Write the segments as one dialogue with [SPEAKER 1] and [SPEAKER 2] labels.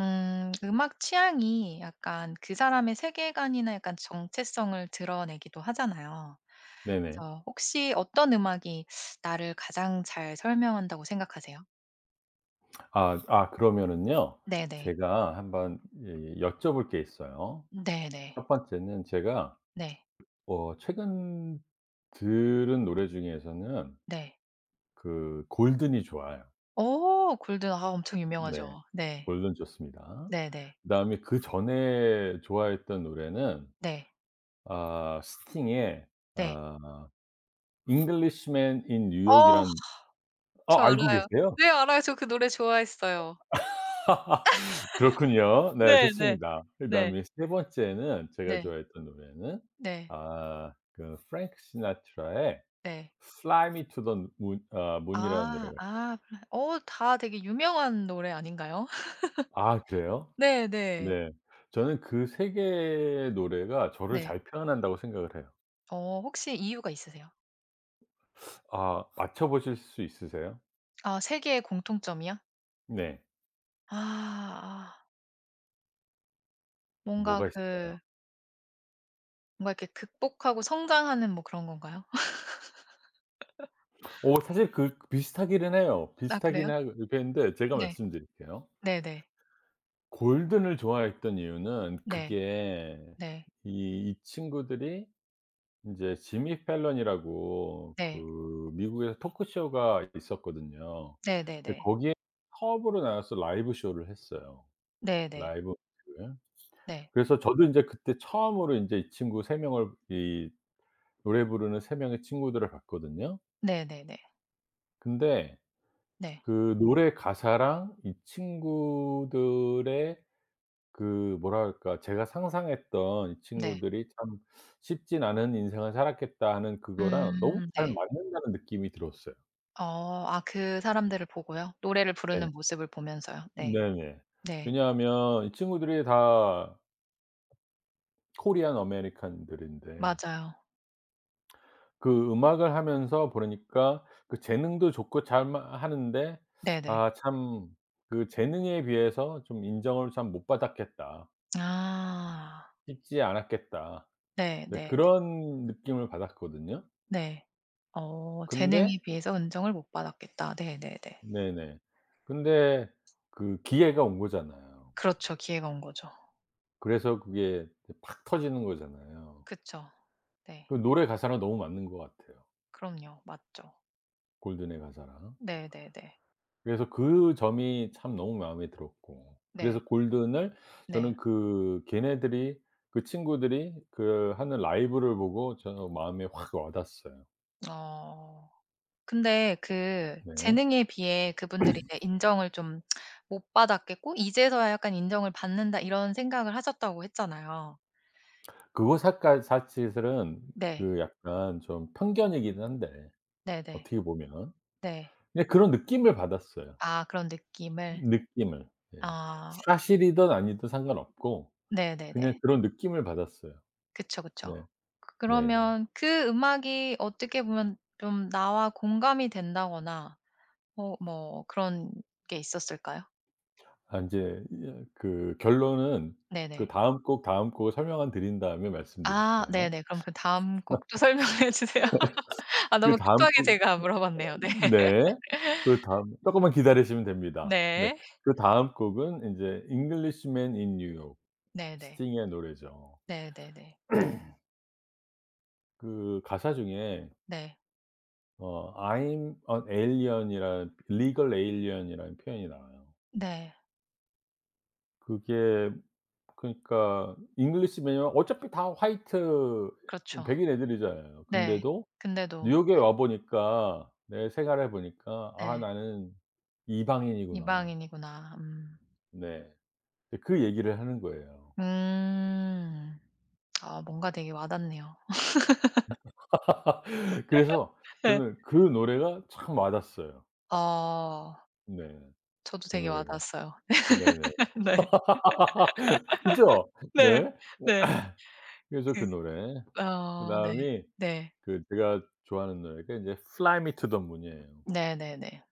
[SPEAKER 1] 음악 취향이 약간 그 사람의 세계관이나 약간 정체성을 드러내기도 하잖아요.
[SPEAKER 2] 네네.
[SPEAKER 1] 그래서 혹시 어떤 음악이 나를 가장 잘 설명한다고 생각하세요?
[SPEAKER 2] 아 그러면은요.
[SPEAKER 1] 네네.
[SPEAKER 2] 제가 한번 예 예, 여쭤볼 게 있어요.
[SPEAKER 1] 네네.
[SPEAKER 2] 첫 번째는 제가
[SPEAKER 1] 네.
[SPEAKER 2] 최근 들은 노래 중에서는
[SPEAKER 1] 네.
[SPEAKER 2] 그 골든이 좋아요.
[SPEAKER 1] 오 골든. 아 엄청
[SPEAKER 2] 네.
[SPEAKER 1] 유명하죠. 네.
[SPEAKER 2] 골든 좋습니다.
[SPEAKER 1] 네네.
[SPEAKER 2] 그다음에 그전에 좋아했던 노래는
[SPEAKER 1] 네.
[SPEAKER 2] 스팅의
[SPEAKER 1] 네.
[SPEAKER 2] 아 Englishman in New
[SPEAKER 1] 어
[SPEAKER 2] York이란
[SPEAKER 1] 저
[SPEAKER 2] 알고
[SPEAKER 1] 알아요.
[SPEAKER 2] 계세요?
[SPEAKER 1] 네 알아요. 저 그 노래 좋아했어요.
[SPEAKER 2] 그렇군요. 네,
[SPEAKER 1] 네네.
[SPEAKER 2] 좋습니다.
[SPEAKER 1] 네.
[SPEAKER 2] 그다음에 세 번째는 제가
[SPEAKER 1] 네.
[SPEAKER 2] 좋아했던 노래는
[SPEAKER 1] 네.
[SPEAKER 2] 아 그 프랭크 시나트라의
[SPEAKER 1] 네.
[SPEAKER 2] Fly Me to the Moon Moon이라는 노래가
[SPEAKER 1] 아.
[SPEAKER 2] 있어요.
[SPEAKER 1] 아. 플라 어 다 되게 유명한 노래 아닌가요?
[SPEAKER 2] 아 그래요?
[SPEAKER 1] 네네. 네.
[SPEAKER 2] 네. 저는 그 세 개의 노래가 저를
[SPEAKER 1] 네.
[SPEAKER 2] 잘 표현한다고 생각을 해요.
[SPEAKER 1] 혹시 이유가 있으세요?
[SPEAKER 2] 아 맞춰 보실 수 있으세요?
[SPEAKER 1] 아 세 개의 공통점이요?
[SPEAKER 2] 네.
[SPEAKER 1] 아 아. 뭔가
[SPEAKER 2] 뭐가
[SPEAKER 1] 그
[SPEAKER 2] 있을까요?
[SPEAKER 1] 뭔가 이렇게 극복하고 성장하는 뭐 그런 건가요?
[SPEAKER 2] 오 사실 그 비슷하기는 해요.
[SPEAKER 1] 아 그래요?
[SPEAKER 2] 비슷하긴 하 했는데 제가
[SPEAKER 1] 네.
[SPEAKER 2] 말씀드릴게요.
[SPEAKER 1] 네네.
[SPEAKER 2] 골든을 좋아했던 이유는
[SPEAKER 1] 네.
[SPEAKER 2] 그게
[SPEAKER 1] 네.
[SPEAKER 2] 이 친구들이 이제 지미 팰런이라고
[SPEAKER 1] 네.
[SPEAKER 2] 그 미국에서 토크쇼가 있었거든요. 근데
[SPEAKER 1] 네네네.
[SPEAKER 2] 거기에 처음으로 나와서 라이브 쇼를 했어요,
[SPEAKER 1] 네네.
[SPEAKER 2] 라이브 음식을.
[SPEAKER 1] 네.
[SPEAKER 2] 그래서 저도 인제 그때 처음으로 인제 이 친구 3명 명을, 이 노래 부르는 3명 명의 친구들을 봤거든요.
[SPEAKER 1] 네네네. 네.
[SPEAKER 2] 근데
[SPEAKER 1] 네.
[SPEAKER 2] 그 노래 가사랑 이 친구들의 그 뭐랄까, 제가 상상했던 '이
[SPEAKER 1] 네.
[SPEAKER 2] 친구들이 참 쉽진 않은 인생을 살았겠다.' 하는 그거랑 너무 잘
[SPEAKER 1] 네.
[SPEAKER 2] 맞는다는 느낌이 들었어요.
[SPEAKER 1] 그 사람들을 보고요? 노래를
[SPEAKER 2] 네.
[SPEAKER 1] 부르는 모습을 보면서요. 네.
[SPEAKER 2] 네네.
[SPEAKER 1] 네.
[SPEAKER 2] 왜냐하면 이 친구들이 다 코리안 아메리칸들인데,
[SPEAKER 1] 맞아요.
[SPEAKER 2] 그 음악을 하면서 보니까 그 재능도 좋고 잘 마 하는데
[SPEAKER 1] 네네.
[SPEAKER 2] 아 참 그 '재능에 비해서 좀 인정을 참 못 받았겠다.
[SPEAKER 1] 아.
[SPEAKER 2] 쉽지 않았겠다.'
[SPEAKER 1] 네,
[SPEAKER 2] 네,
[SPEAKER 1] 네, 네.
[SPEAKER 2] 그런 느낌을 받았거든요.
[SPEAKER 1] 네. 재능에
[SPEAKER 2] 근데
[SPEAKER 1] 비해서 인정을 못 받았겠다. 네네네.
[SPEAKER 2] 네네. 근데 그 기회가 온 거잖아요.
[SPEAKER 1] 그렇죠. 기회가 온 거죠.
[SPEAKER 2] 그래서 그게 팍 터지는 거잖아요.
[SPEAKER 1] 그쵸. 네.
[SPEAKER 2] 그 노래 가사랑 너무 맞는 것 같아요,
[SPEAKER 1] 그럼요. 맞죠.
[SPEAKER 2] 골든의 가사랑.
[SPEAKER 1] 네네네. 네.
[SPEAKER 2] 그래서 그 점이 참 너무 마음에 들었고,
[SPEAKER 1] 네.
[SPEAKER 2] 그래서 골든을
[SPEAKER 1] 네, 네.
[SPEAKER 2] 저는 그 걔네들이 그 친구들이 그 하는 라이브를 보고 저 마음에 확 와 닿았어요.
[SPEAKER 1] 어. 근데 그
[SPEAKER 2] 네.
[SPEAKER 1] 재능에 비해 그분들이 이제 인정을 좀 못 받았겠고 이제서야 약간 '인정을 받는다.' 이런 생각을 하셨다고 했잖아요.
[SPEAKER 2] 그거 사가 사실은
[SPEAKER 1] 네.
[SPEAKER 2] 그 약간 좀 편견이기는 한데
[SPEAKER 1] 네네. 네.
[SPEAKER 2] 어떻게 보면.
[SPEAKER 1] 네.
[SPEAKER 2] 근데 그런 느낌을 받았어요.
[SPEAKER 1] 아 그런 느낌을.
[SPEAKER 2] 느낌을. 네.
[SPEAKER 1] 아.
[SPEAKER 2] 사실이든 아니든 상관없고 그냥
[SPEAKER 1] 네네네.
[SPEAKER 2] 그런 느낌을 받았어요.
[SPEAKER 1] 그쵸, 그쵸.
[SPEAKER 2] 네.
[SPEAKER 1] 그,
[SPEAKER 2] 네네.
[SPEAKER 1] 그러면 그 음악이 어떻게 보면 좀 나와 공감이 된다거나 뭐 그런 게 있었을까요?
[SPEAKER 2] 아 인제 예, 그 결론은 그
[SPEAKER 1] 네네.
[SPEAKER 2] 다음 곡을 설명을 드린 다음에
[SPEAKER 1] 아
[SPEAKER 2] 말씀드릴게요.
[SPEAKER 1] 네네. 그럼 그 다음 곡도 설명해 주세요. 아 너무
[SPEAKER 2] 그다음
[SPEAKER 1] 급하게
[SPEAKER 2] 곡
[SPEAKER 1] 제가 물어봤네요. 네.
[SPEAKER 2] 네. 그다음 쪼끔만 기다리시면 됩니다. 네.
[SPEAKER 1] 네.
[SPEAKER 2] 그다음 곡은 인제 Englishman in New York,
[SPEAKER 1] 네네.
[SPEAKER 2] 스팅의 노래죠.
[SPEAKER 1] 네네네.
[SPEAKER 2] 그 가사 중에
[SPEAKER 1] 네.
[SPEAKER 2] "I'm an alien이라는, legal alien이라는 표현이 나와요.
[SPEAKER 1] 네.
[SPEAKER 2] 그게 그러니까 잉글리시 매뉴얼 어차피 다 화이트,
[SPEAKER 1] 그렇죠.
[SPEAKER 2] 백인 애들이잖아요.
[SPEAKER 1] 네.
[SPEAKER 2] 근데도
[SPEAKER 1] 근데도
[SPEAKER 2] 뉴욕에 와 보니까, 내 생활해 보니까, '아
[SPEAKER 1] 네.
[SPEAKER 2] 나는 이방인이구나.'
[SPEAKER 1] 이방인이구나. 음.
[SPEAKER 2] 네. 이제 그 얘기를 하는 거예요.
[SPEAKER 1] 음. 아 뭔가 되게 와닿네요.
[SPEAKER 2] 그래서
[SPEAKER 1] 네.
[SPEAKER 2] 저는 그 노래가 참 와닿았어요.
[SPEAKER 1] 어.
[SPEAKER 2] 네.
[SPEAKER 1] 저도
[SPEAKER 2] 그
[SPEAKER 1] 되게
[SPEAKER 2] 노래가.
[SPEAKER 1] 와닿았어요.
[SPEAKER 2] 네네.
[SPEAKER 1] 네.
[SPEAKER 2] 그죠?
[SPEAKER 1] 네.
[SPEAKER 2] 네.
[SPEAKER 1] 네.
[SPEAKER 2] 그래서 그
[SPEAKER 1] 그
[SPEAKER 2] 노래.
[SPEAKER 1] 네.
[SPEAKER 2] 그다음이
[SPEAKER 1] 네.
[SPEAKER 2] 그 제가 좋아하는 노래가 인제 Fly Me to the Moon이에요.
[SPEAKER 1] 네네 네.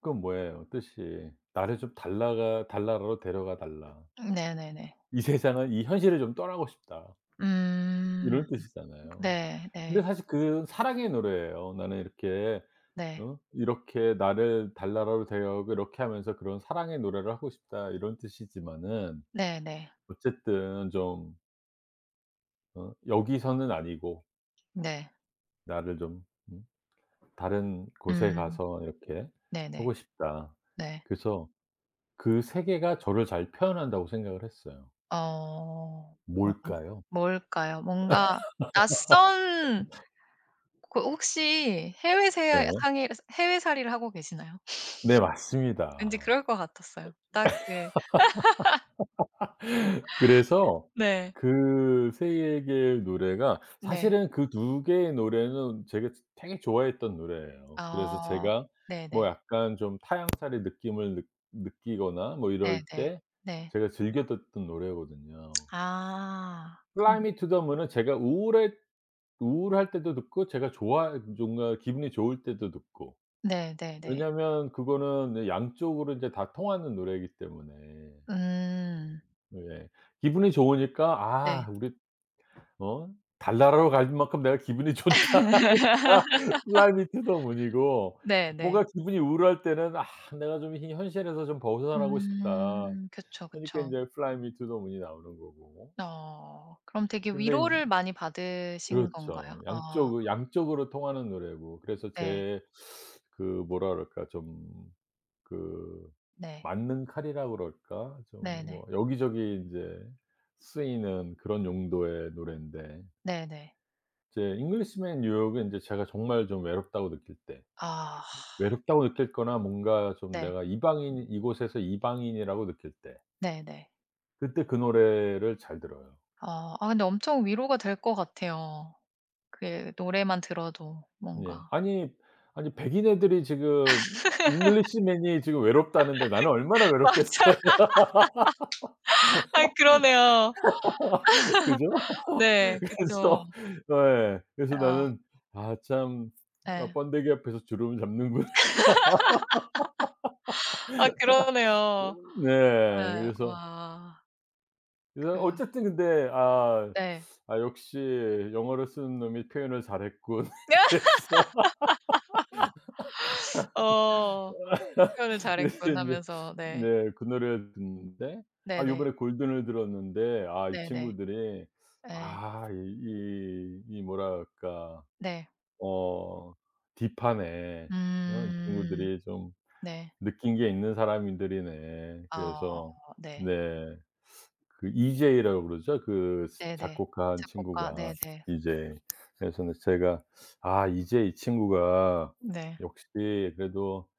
[SPEAKER 2] 그건 뭐예요? 뜻이 나를 좀 달라가 달나라로 데려가 달라.
[SPEAKER 1] 네네네.
[SPEAKER 2] 이 세상은, 이 현실을 좀 떠나고 싶다.
[SPEAKER 1] 음.
[SPEAKER 2] 이런 뜻이잖아요.
[SPEAKER 1] 네
[SPEAKER 2] 근데
[SPEAKER 1] 네.
[SPEAKER 2] 사실 그 사랑의 노래예요. 나는 이렇게
[SPEAKER 1] 네.
[SPEAKER 2] 어 이렇게 나를 달나라로 데려가고 이렇게 하면서 그런 사랑의 노래를 하고 싶다, 이런 뜻이지만은
[SPEAKER 1] 네네.
[SPEAKER 2] 어쨌든 좀 여기서는 아니고
[SPEAKER 1] 네.
[SPEAKER 2] 나를 좀 음 다른 곳에
[SPEAKER 1] 음.
[SPEAKER 2] 가서 이렇게 하고
[SPEAKER 1] 네네.
[SPEAKER 2] 싶다.
[SPEAKER 1] 네.
[SPEAKER 2] 그래서 그 세 개가 저를 잘 표현한다고 생각을 했어요.
[SPEAKER 1] 어. 음.
[SPEAKER 2] 뭘까요?
[SPEAKER 1] 뭘까요? 뭔가 낯선 그 혹시 해외 세
[SPEAKER 2] 네.
[SPEAKER 1] 상이 해외살이를 하고 계시나요?
[SPEAKER 2] 네
[SPEAKER 1] 왠지
[SPEAKER 2] 맞습니다.
[SPEAKER 1] 그럴 것 같았어요. 딱 그
[SPEAKER 2] 그래서
[SPEAKER 1] 네.
[SPEAKER 2] 그 세 개의 노래가,
[SPEAKER 1] 네.
[SPEAKER 2] 사실은 그 두 개의 노래는 제가 되게 좋아했던 노래예요. 그래서
[SPEAKER 1] 아.
[SPEAKER 2] 제가 뭐
[SPEAKER 1] 네네.
[SPEAKER 2] 약간 좀 타향살이 느낌을 느 느끼거나 뭐 이럴
[SPEAKER 1] 네네.
[SPEAKER 2] 때
[SPEAKER 1] 네.
[SPEAKER 2] 제가 즐겨 듣던 노래거든요.
[SPEAKER 1] 아.
[SPEAKER 2] Fly
[SPEAKER 1] 그럼
[SPEAKER 2] Me to the Moon은 제가 우울할 때도 듣고, 제가 좋아 뭔가 기분이 좋을 때도 듣고.
[SPEAKER 1] 네네네.
[SPEAKER 2] 왜냐면 그거는 양쪽으로 이제 다 통하는 노래이기 때문에.
[SPEAKER 1] 음.
[SPEAKER 2] 예. 기분이 좋으니까
[SPEAKER 1] 네.
[SPEAKER 2] '아 우리 어 달나라로 갈 만큼 내가 기분이 좋다.' 하니까 fly me to the moon이고,
[SPEAKER 1] 네네.
[SPEAKER 2] 뭔가 기분이 우울할 때는 '아 내가 좀 이 현실에서 좀 벗어나고 싶다.'
[SPEAKER 1] 음. 그쵸,
[SPEAKER 2] 하니까
[SPEAKER 1] 그쵸.
[SPEAKER 2] 인제 fly me to the moon이 나오는 거고.
[SPEAKER 1] 어. 그럼 되게
[SPEAKER 2] 근데
[SPEAKER 1] 위로를
[SPEAKER 2] 인제
[SPEAKER 1] 많이 받으신 건가요?
[SPEAKER 2] 그렇죠.
[SPEAKER 1] 아
[SPEAKER 2] 양쪽으로 통하는 노래고, 그래서
[SPEAKER 1] 네.
[SPEAKER 2] 제 그 뭐라 그럴까 좀, 그
[SPEAKER 1] 네.
[SPEAKER 2] 맞는 칼이라 그럴까? 좀
[SPEAKER 1] 네네.
[SPEAKER 2] 뭐 여기저기 인제 쓰이는 그런 용도의 노랜데,
[SPEAKER 1] 네네.
[SPEAKER 2] 이제 잉글리시맨 뉴욕은 인제 제가 정말 좀 외롭다고 느낄 때,
[SPEAKER 1] 아
[SPEAKER 2] 외롭다고 느낄 거나 뭔가 좀
[SPEAKER 1] 네.
[SPEAKER 2] 내가 이방인, 이곳에서 이방인이라고 느낄 때
[SPEAKER 1] 네네.
[SPEAKER 2] 그때 그 노래를 잘 들어요.
[SPEAKER 1] 아. 아 근데 엄청 위로가 될 것 같아요. 그 노래만 들어도
[SPEAKER 2] 예.
[SPEAKER 1] 뭔가.
[SPEAKER 2] 아니 아니 백인 애들이 지금, 잉글리시맨이 지금 외롭다는데 나는 얼마나
[SPEAKER 1] 맞아.
[SPEAKER 2] 외롭겠어요.
[SPEAKER 1] 아 그러네요.
[SPEAKER 2] 그죠?
[SPEAKER 1] 네. 그쵸.
[SPEAKER 2] 그래서 어, 예. 그래서
[SPEAKER 1] 아
[SPEAKER 2] 나는 '아 참 아
[SPEAKER 1] 예.
[SPEAKER 2] 번데기 앞에서 주름을 잡는구나.'
[SPEAKER 1] 아 그러네요.
[SPEAKER 2] 네.
[SPEAKER 1] 예.
[SPEAKER 2] 그래서
[SPEAKER 1] 와.
[SPEAKER 2] 그래서
[SPEAKER 1] 그
[SPEAKER 2] 어쨌든 근데 아
[SPEAKER 1] 네.
[SPEAKER 2] '아 역시 영어를 쓰는 놈이 표현을 잘했군.' 그래서
[SPEAKER 1] 어. 표현을
[SPEAKER 2] 그래서
[SPEAKER 1] 잘했군
[SPEAKER 2] 인제
[SPEAKER 1] 하면서 네.
[SPEAKER 2] 네 그 노래를 듣는데, 아
[SPEAKER 1] 네네.
[SPEAKER 2] 요번에 골든을 들었는데, 아 이
[SPEAKER 1] 네네.
[SPEAKER 2] 친구들이
[SPEAKER 1] 예.
[SPEAKER 2] 아 이 뭐랄까,
[SPEAKER 1] 네.
[SPEAKER 2] 어 딥하네. 어 이
[SPEAKER 1] 음.
[SPEAKER 2] 친구들이 좀
[SPEAKER 1] 네.
[SPEAKER 2] 느낀 게 있는 사람들이네.
[SPEAKER 1] 아
[SPEAKER 2] 그래서
[SPEAKER 1] 네.
[SPEAKER 2] 네. 그 이제이라고 그러죠. 그 스
[SPEAKER 1] 네네.
[SPEAKER 2] 작곡한
[SPEAKER 1] 작곡가
[SPEAKER 2] 친구가
[SPEAKER 1] 네네.
[SPEAKER 2] 이제이. 그래서 근데 제가 '아 이제 이 친구가
[SPEAKER 1] 네.
[SPEAKER 2] 역시 그래도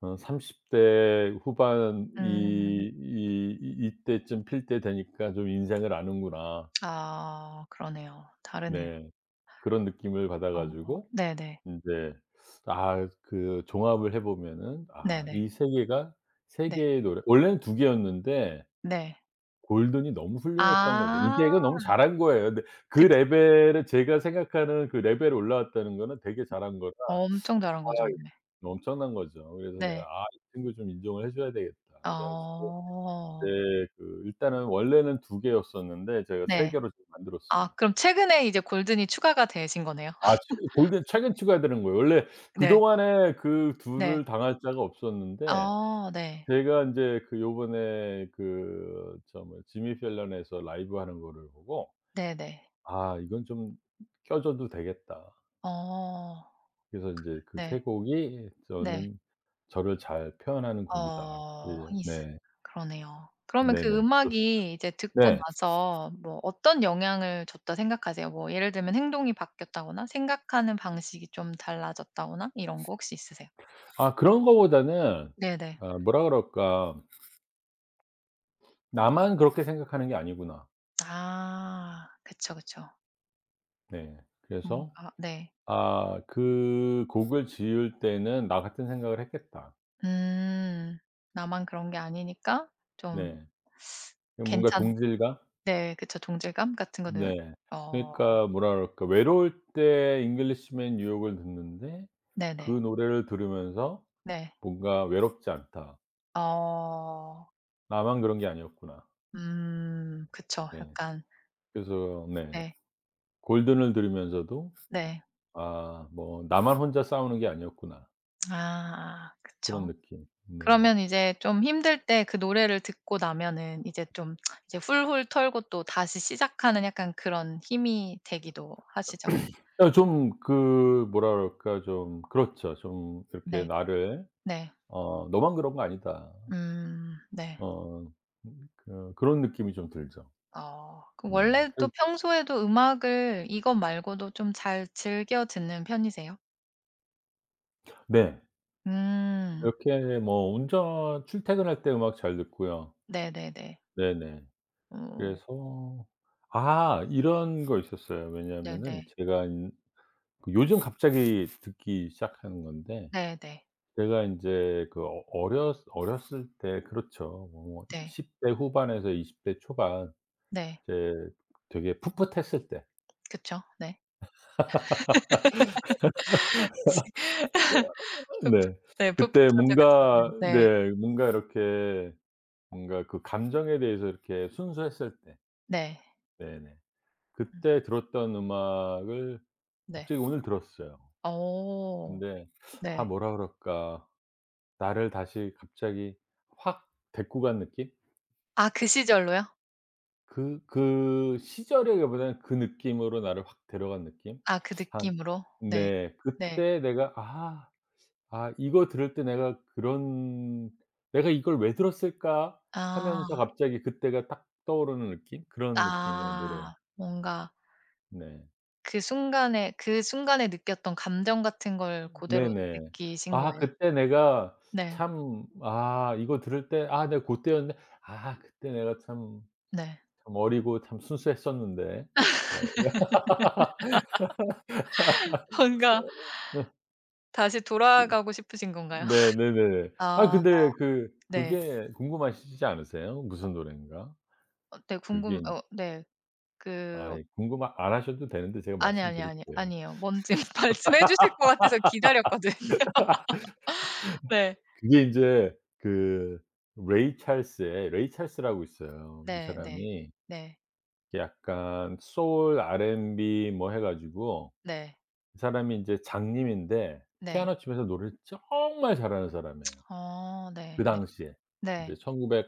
[SPEAKER 2] 어 30대 후반,
[SPEAKER 1] 음.
[SPEAKER 2] 이 이 이 이때쯤 필 때 되니까 좀 인생을 아는구나.'
[SPEAKER 1] 아 그러네요. 다르네요.
[SPEAKER 2] 네. 그런 느낌을 받아
[SPEAKER 1] 어
[SPEAKER 2] 가지고
[SPEAKER 1] 네네.
[SPEAKER 2] 인제 아 그 종합을 해 보면은, 아
[SPEAKER 1] 네네.
[SPEAKER 2] 이 세 개가, 세
[SPEAKER 1] 네.
[SPEAKER 2] 개의 노래 원래는 두 개였는데
[SPEAKER 1] 네.
[SPEAKER 2] 골든이 너무 훌륭했던 거죠.
[SPEAKER 1] 아
[SPEAKER 2] 이제 이거 너무 잘한 거예요. 근데 그
[SPEAKER 1] 그쵸.
[SPEAKER 2] 레벨에, 제가 생각하는 그 레벨에 올라왔다는 거는 되게 잘한 거라
[SPEAKER 1] 엄청 잘한
[SPEAKER 2] 아
[SPEAKER 1] 거죠. 네.
[SPEAKER 2] 엄청난 거죠. 그래서 내가
[SPEAKER 1] 네.
[SPEAKER 2] '아 이 친구 좀 인정을 해 줘야 되겠다.' 그래 가지고
[SPEAKER 1] 어.
[SPEAKER 2] 네 그 일단은 원래는 두 개였었는데, 제가 세
[SPEAKER 1] 네.
[SPEAKER 2] 개로 지금
[SPEAKER 1] 아
[SPEAKER 2] 만들었습니다.
[SPEAKER 1] 그럼 최근에 이제 골든이 추가가 되신 거네요.
[SPEAKER 2] 아 최 골든 최근 추가되는 거예요. 원래
[SPEAKER 1] 네.
[SPEAKER 2] 그동안에 그
[SPEAKER 1] 네.
[SPEAKER 2] 둘을 당할 자가 없었는데,
[SPEAKER 1] 어 네.
[SPEAKER 2] 제가 인제 그 요번에 그 저 뭐야 지미 펠런에서 라이브하는 거를 보고
[SPEAKER 1] 네네.
[SPEAKER 2] '아 이건 좀 껴 줘도 되겠다.'
[SPEAKER 1] 어.
[SPEAKER 2] 그래서 인제 그
[SPEAKER 1] 네.
[SPEAKER 2] 세 곡이
[SPEAKER 1] 네.
[SPEAKER 2] 저는, 저를 잘 표현하는 곡이다.
[SPEAKER 1] 어
[SPEAKER 2] 예.
[SPEAKER 1] 이스
[SPEAKER 2] 네.
[SPEAKER 1] 그러네요. 그러면 그
[SPEAKER 2] 네네. 그렇습
[SPEAKER 1] 음악이 이제 듣고
[SPEAKER 2] 네.
[SPEAKER 1] 나서 뭐 어떤 영향을 줬다 생각하세요? 뭐 예를 들면 행동이 바뀌었다거나 생각하는 방식이 좀 달라졌다거나 이런 거 혹시 있으세요?
[SPEAKER 2] 아 그런 거보다는,
[SPEAKER 1] 네네.
[SPEAKER 2] 아 뭐라 그럴까, 나만 그렇게 생각하는 게 아니구나.
[SPEAKER 1] 아. 그쵸, 그쵸.
[SPEAKER 2] 네.
[SPEAKER 1] 뭔가
[SPEAKER 2] 그래서
[SPEAKER 1] 네.
[SPEAKER 2] 아 그 곡을 지을 때는 나 같은 생각을 했겠다.
[SPEAKER 1] 음. 나만 그런 게 아니니까 좀
[SPEAKER 2] 네. 그 뭔가
[SPEAKER 1] 괜찮
[SPEAKER 2] 동질감?
[SPEAKER 1] 네 그쵸. 동질감 같은 거는
[SPEAKER 2] 네.
[SPEAKER 1] 어
[SPEAKER 2] 그러니까 뭐라 그럴까, 외로울 때 잉글리시 맨 뉴욕을 듣는데 그
[SPEAKER 1] 네네.
[SPEAKER 2] 노래를 들으면서
[SPEAKER 1] 네.
[SPEAKER 2] 뭔가 '외롭지 않다.
[SPEAKER 1] 어.
[SPEAKER 2] 나만 그런 게 아니었구나.'
[SPEAKER 1] 그쵸.
[SPEAKER 2] 네.
[SPEAKER 1] 약간
[SPEAKER 2] 그래서 네.
[SPEAKER 1] 네.
[SPEAKER 2] 골든을 들으면서도
[SPEAKER 1] 네.
[SPEAKER 2] '아 뭐 나만 혼자 싸우는 게 아니었구나.'
[SPEAKER 1] 아
[SPEAKER 2] 그런
[SPEAKER 1] 그쵸.
[SPEAKER 2] 느낌. 네.
[SPEAKER 1] 그러면 이제 좀 힘들 때 그 노래를 듣고 나면은 이제 좀 이제 훌훌 털고 또 다시 시작하는 약간 그런 힘이 되기도 하시죠?
[SPEAKER 2] 그러니까 좀 그 뭐라 그럴까 좀, 그렇죠. 좀 이렇게
[SPEAKER 1] 네.
[SPEAKER 2] 나를
[SPEAKER 1] 네.
[SPEAKER 2] '너만 그런 거 아니다.'
[SPEAKER 1] 네.
[SPEAKER 2] 어 그런 느낌이 좀 들죠.
[SPEAKER 1] 어 그럼
[SPEAKER 2] 네.
[SPEAKER 1] 원래 또
[SPEAKER 2] 그
[SPEAKER 1] 평소에도 음악을 이것 말고도 좀 잘 즐겨 듣는 편이세요?
[SPEAKER 2] 네.
[SPEAKER 1] 음.
[SPEAKER 2] 그렇게 뭐 운전 출퇴근할 때 음악 잘 듣고요.
[SPEAKER 1] 네네네.
[SPEAKER 2] 네네.
[SPEAKER 1] 오
[SPEAKER 2] 그래서 아 이런 거 있었어요. 왜냐하면은
[SPEAKER 1] 네네.
[SPEAKER 2] 제가 인 그 요즘 갑자기 듣기 시작하는 건데,
[SPEAKER 1] 네네.
[SPEAKER 2] 제가 인제 그 어렸을 때 그렇죠. 뭐
[SPEAKER 1] 네.
[SPEAKER 2] 10대 후반에서 20대 초반,
[SPEAKER 1] 네.
[SPEAKER 2] 이제 되게 풋풋했을 때
[SPEAKER 1] 그쵸. 네. 풋풋
[SPEAKER 2] 네.
[SPEAKER 1] 네
[SPEAKER 2] 그때
[SPEAKER 1] 풋풋하죠
[SPEAKER 2] 뭔가
[SPEAKER 1] 그때는. 네.
[SPEAKER 2] 네 뭔가 이렇게, 뭔가 그 감정에 대해서 이렇게 순수했을 때
[SPEAKER 1] 네.
[SPEAKER 2] 네네.
[SPEAKER 1] 음
[SPEAKER 2] 그때 들었던 음악을
[SPEAKER 1] 네.
[SPEAKER 2] 갑자기 오늘 들었어요.
[SPEAKER 1] 어
[SPEAKER 2] 근데 아
[SPEAKER 1] 네.
[SPEAKER 2] 뭐라 그럴까, 나를 다시 갑자기 확 데리고 간 느낌?
[SPEAKER 1] 아 그 시절로요?
[SPEAKER 2] 그 시절이라기보다는 그 느낌으로 나를 확 데려간 느낌?
[SPEAKER 1] 아 그
[SPEAKER 2] 한
[SPEAKER 1] 느낌으로? 네.
[SPEAKER 2] 네.
[SPEAKER 1] 네.
[SPEAKER 2] 그때 내가 '아 이거 들을 때 내가 그런 '내가 이걸 왜 들었을까?'
[SPEAKER 1] 아.
[SPEAKER 2] 하면서 갑자기 그때가 딱 떠오르는 느낌? 그런 느낌의 노래.
[SPEAKER 1] 아 뭔가
[SPEAKER 2] 네.
[SPEAKER 1] 그 순간에 느꼈던 감정 같은 걸 고대로
[SPEAKER 2] 네네.
[SPEAKER 1] 느끼신
[SPEAKER 2] 아
[SPEAKER 1] 거예요?
[SPEAKER 2] 그때 내가
[SPEAKER 1] 네.
[SPEAKER 2] 참 아 이거 들을 때 '아 내가 고때였는데 아 그때 내가 참,
[SPEAKER 1] 네.
[SPEAKER 2] 참 어리고 참 순수했었는데.' 막
[SPEAKER 1] 뭔가
[SPEAKER 2] 이러면서 네.
[SPEAKER 1] 다시 돌아가고 싶으신 건가요?
[SPEAKER 2] 네네네. 아
[SPEAKER 1] 아
[SPEAKER 2] 근데 그
[SPEAKER 1] 네.
[SPEAKER 2] 그게 궁금하시지 않으세요? 무슨 노랜가?
[SPEAKER 1] 어 네
[SPEAKER 2] 그게
[SPEAKER 1] 궁금
[SPEAKER 2] 인
[SPEAKER 1] 어 네. 그 어
[SPEAKER 2] 아이 궁금 안 하셔도 되는데 제가
[SPEAKER 1] 아니, 아니, 아니.
[SPEAKER 2] 말씀드릴게요.
[SPEAKER 1] 아니에요. 뭔지 말씀해 주실 것 같아서 기다렸거든요. 네.
[SPEAKER 2] 그게 인제 그 레이 찰스라고 있어요. 이
[SPEAKER 1] 네 네.
[SPEAKER 2] 사람이
[SPEAKER 1] 네.
[SPEAKER 2] 약간 소울 R&B 뭐 해 가지고
[SPEAKER 1] 네.
[SPEAKER 2] 이 사람이 인제 장님인데
[SPEAKER 1] 네.
[SPEAKER 2] 피아노 치면서 노래를 정말 잘하는 사람이에요.
[SPEAKER 1] 어
[SPEAKER 2] 그
[SPEAKER 1] 네 네.
[SPEAKER 2] 당시에. 인제
[SPEAKER 1] 네.
[SPEAKER 2] 1 9백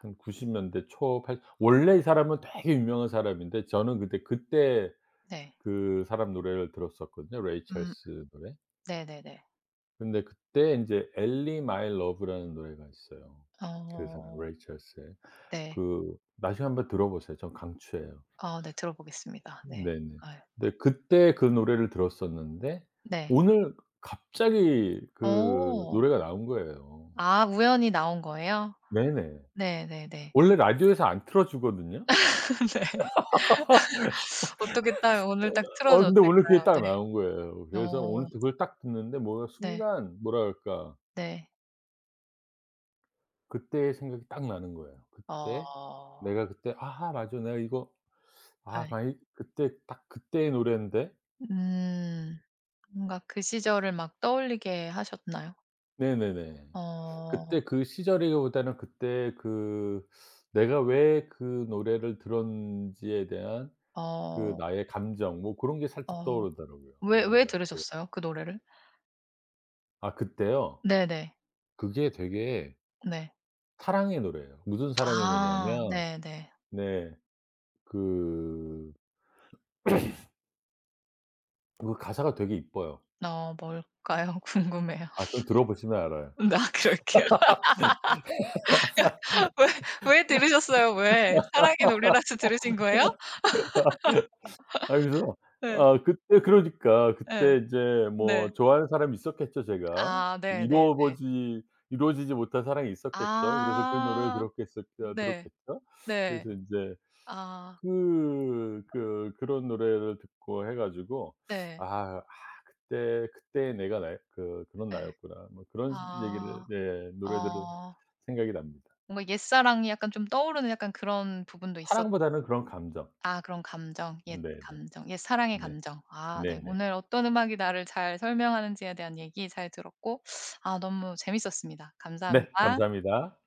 [SPEAKER 2] 한90 년대 초 팔, 원래 이 사람은 되게 유명한 사람인데, 저는 근데 그때
[SPEAKER 1] 네.
[SPEAKER 2] 그 사람 노래를 들었었거든요, 레이
[SPEAKER 1] 음
[SPEAKER 2] 찰스 노래.
[SPEAKER 1] 네네네.
[SPEAKER 2] 근데 그때 인제 엘리 마이 러브라는 노래가 있어요. 그 사람
[SPEAKER 1] 어
[SPEAKER 2] 레이 찰스의.
[SPEAKER 1] 네.
[SPEAKER 2] 그 나중에 한번 들어 보세요. 전 강추예요.
[SPEAKER 1] 아 네 들어보겠습니다. 네.
[SPEAKER 2] 네네.
[SPEAKER 1] 아
[SPEAKER 2] 근데 그때 그 노래를 들었었는데
[SPEAKER 1] 네.
[SPEAKER 2] 오늘 갑자기 그
[SPEAKER 1] 오.
[SPEAKER 2] 노래가 나온 거예요.
[SPEAKER 1] 아 우연히 나온 거예요?
[SPEAKER 2] 네네.
[SPEAKER 1] 네 네 네. 네. 네.
[SPEAKER 2] 원래 라디오에서 안 틀어 주거든요.
[SPEAKER 1] 네. 어떻게 딱 오늘 딱
[SPEAKER 2] 근데 오늘
[SPEAKER 1] 틀어졌을까요?
[SPEAKER 2] 그게
[SPEAKER 1] 네.
[SPEAKER 2] 딱 나온 거예요. 그래서
[SPEAKER 1] 어
[SPEAKER 2] 오늘 그걸 딱 듣는데, 뭐가
[SPEAKER 1] 네.
[SPEAKER 2] 순간 뭐라 그럴까
[SPEAKER 1] 네.
[SPEAKER 2] 그때의 생각이 딱 나는 거예요. 그때
[SPEAKER 1] 어
[SPEAKER 2] 내가 그때 '아 맞아. 내가 이거 아
[SPEAKER 1] 네.
[SPEAKER 2] 마이 그때 딱 그때의 노랜데,
[SPEAKER 1] 음. 뭔가 그 시절을 막 떠올리게 하셨나요?
[SPEAKER 2] 네네네.
[SPEAKER 1] 어.
[SPEAKER 2] 그때 그 시절이기보다는 그때 그 내가 왜 그 노래를 들었는지에 대한 그
[SPEAKER 1] 어.
[SPEAKER 2] 나의 감정 뭐 고런 게 살짝
[SPEAKER 1] 어.
[SPEAKER 2] 떠오르더라고요.
[SPEAKER 1] 왜
[SPEAKER 2] 그래서
[SPEAKER 1] 왜
[SPEAKER 2] 내가 그
[SPEAKER 1] 들으셨어요? 그 노래를?
[SPEAKER 2] 아 그때요.
[SPEAKER 1] 네네.
[SPEAKER 2] 그게 되게
[SPEAKER 1] 네.
[SPEAKER 2] 사랑의 노래예요. 무슨 사랑의
[SPEAKER 1] 아
[SPEAKER 2] 노래냐면
[SPEAKER 1] 네네.
[SPEAKER 2] 네 그 그 가사가 되게 이뻐요.
[SPEAKER 1] 어 뭘까요? 궁금해요.
[SPEAKER 2] 아 그거 들어보시면 알아요.
[SPEAKER 1] 나 그럴게요. 왜 왜 들으셨어요? 왜? 사랑의 노래라서 들으신 거예요?
[SPEAKER 2] 아 그래서
[SPEAKER 1] 예.
[SPEAKER 2] 아 그때 그러니까
[SPEAKER 1] 예.
[SPEAKER 2] 그때 이제
[SPEAKER 1] 네.
[SPEAKER 2] 뭐 좋아하는 사람이 있었겠죠 제가.
[SPEAKER 1] 아 네네네.
[SPEAKER 2] 이루어 보지 이루어지지 못한 사랑이 있었겠죠. 그래서 그 노래를
[SPEAKER 1] 아
[SPEAKER 2] 들었겠을 어
[SPEAKER 1] 네.
[SPEAKER 2] 들었겠죠.
[SPEAKER 1] 네.
[SPEAKER 2] 그래서 인제
[SPEAKER 1] 아
[SPEAKER 2] 그런 노래를 듣고 해 가지고
[SPEAKER 1] 네.
[SPEAKER 2] '아 그때 그때의 내가 나의 그 그런
[SPEAKER 1] 예.
[SPEAKER 2] 나였구나.' 뭐 그런 얘기를
[SPEAKER 1] 아
[SPEAKER 2] 네 노래들을
[SPEAKER 1] 어
[SPEAKER 2] 생각이 납니다.
[SPEAKER 1] 뭔가 옛사랑이 약간 좀 떠오르는 약간 그런 부분도 있었
[SPEAKER 2] 사랑보다는 그런 감정.
[SPEAKER 1] 아 그런 감정. 옛
[SPEAKER 2] 네네.
[SPEAKER 1] 감정, 옛 사랑의
[SPEAKER 2] 네.
[SPEAKER 1] 감정. 아
[SPEAKER 2] 네네.
[SPEAKER 1] 네.
[SPEAKER 2] 네. 네.
[SPEAKER 1] 오늘 어떤 음악이 나를 잘 설명하는지에 대한 얘기 잘 들었고 아 너무 재밌었습니다.
[SPEAKER 2] 네,
[SPEAKER 1] 감사합니다.
[SPEAKER 2] 감사합니다.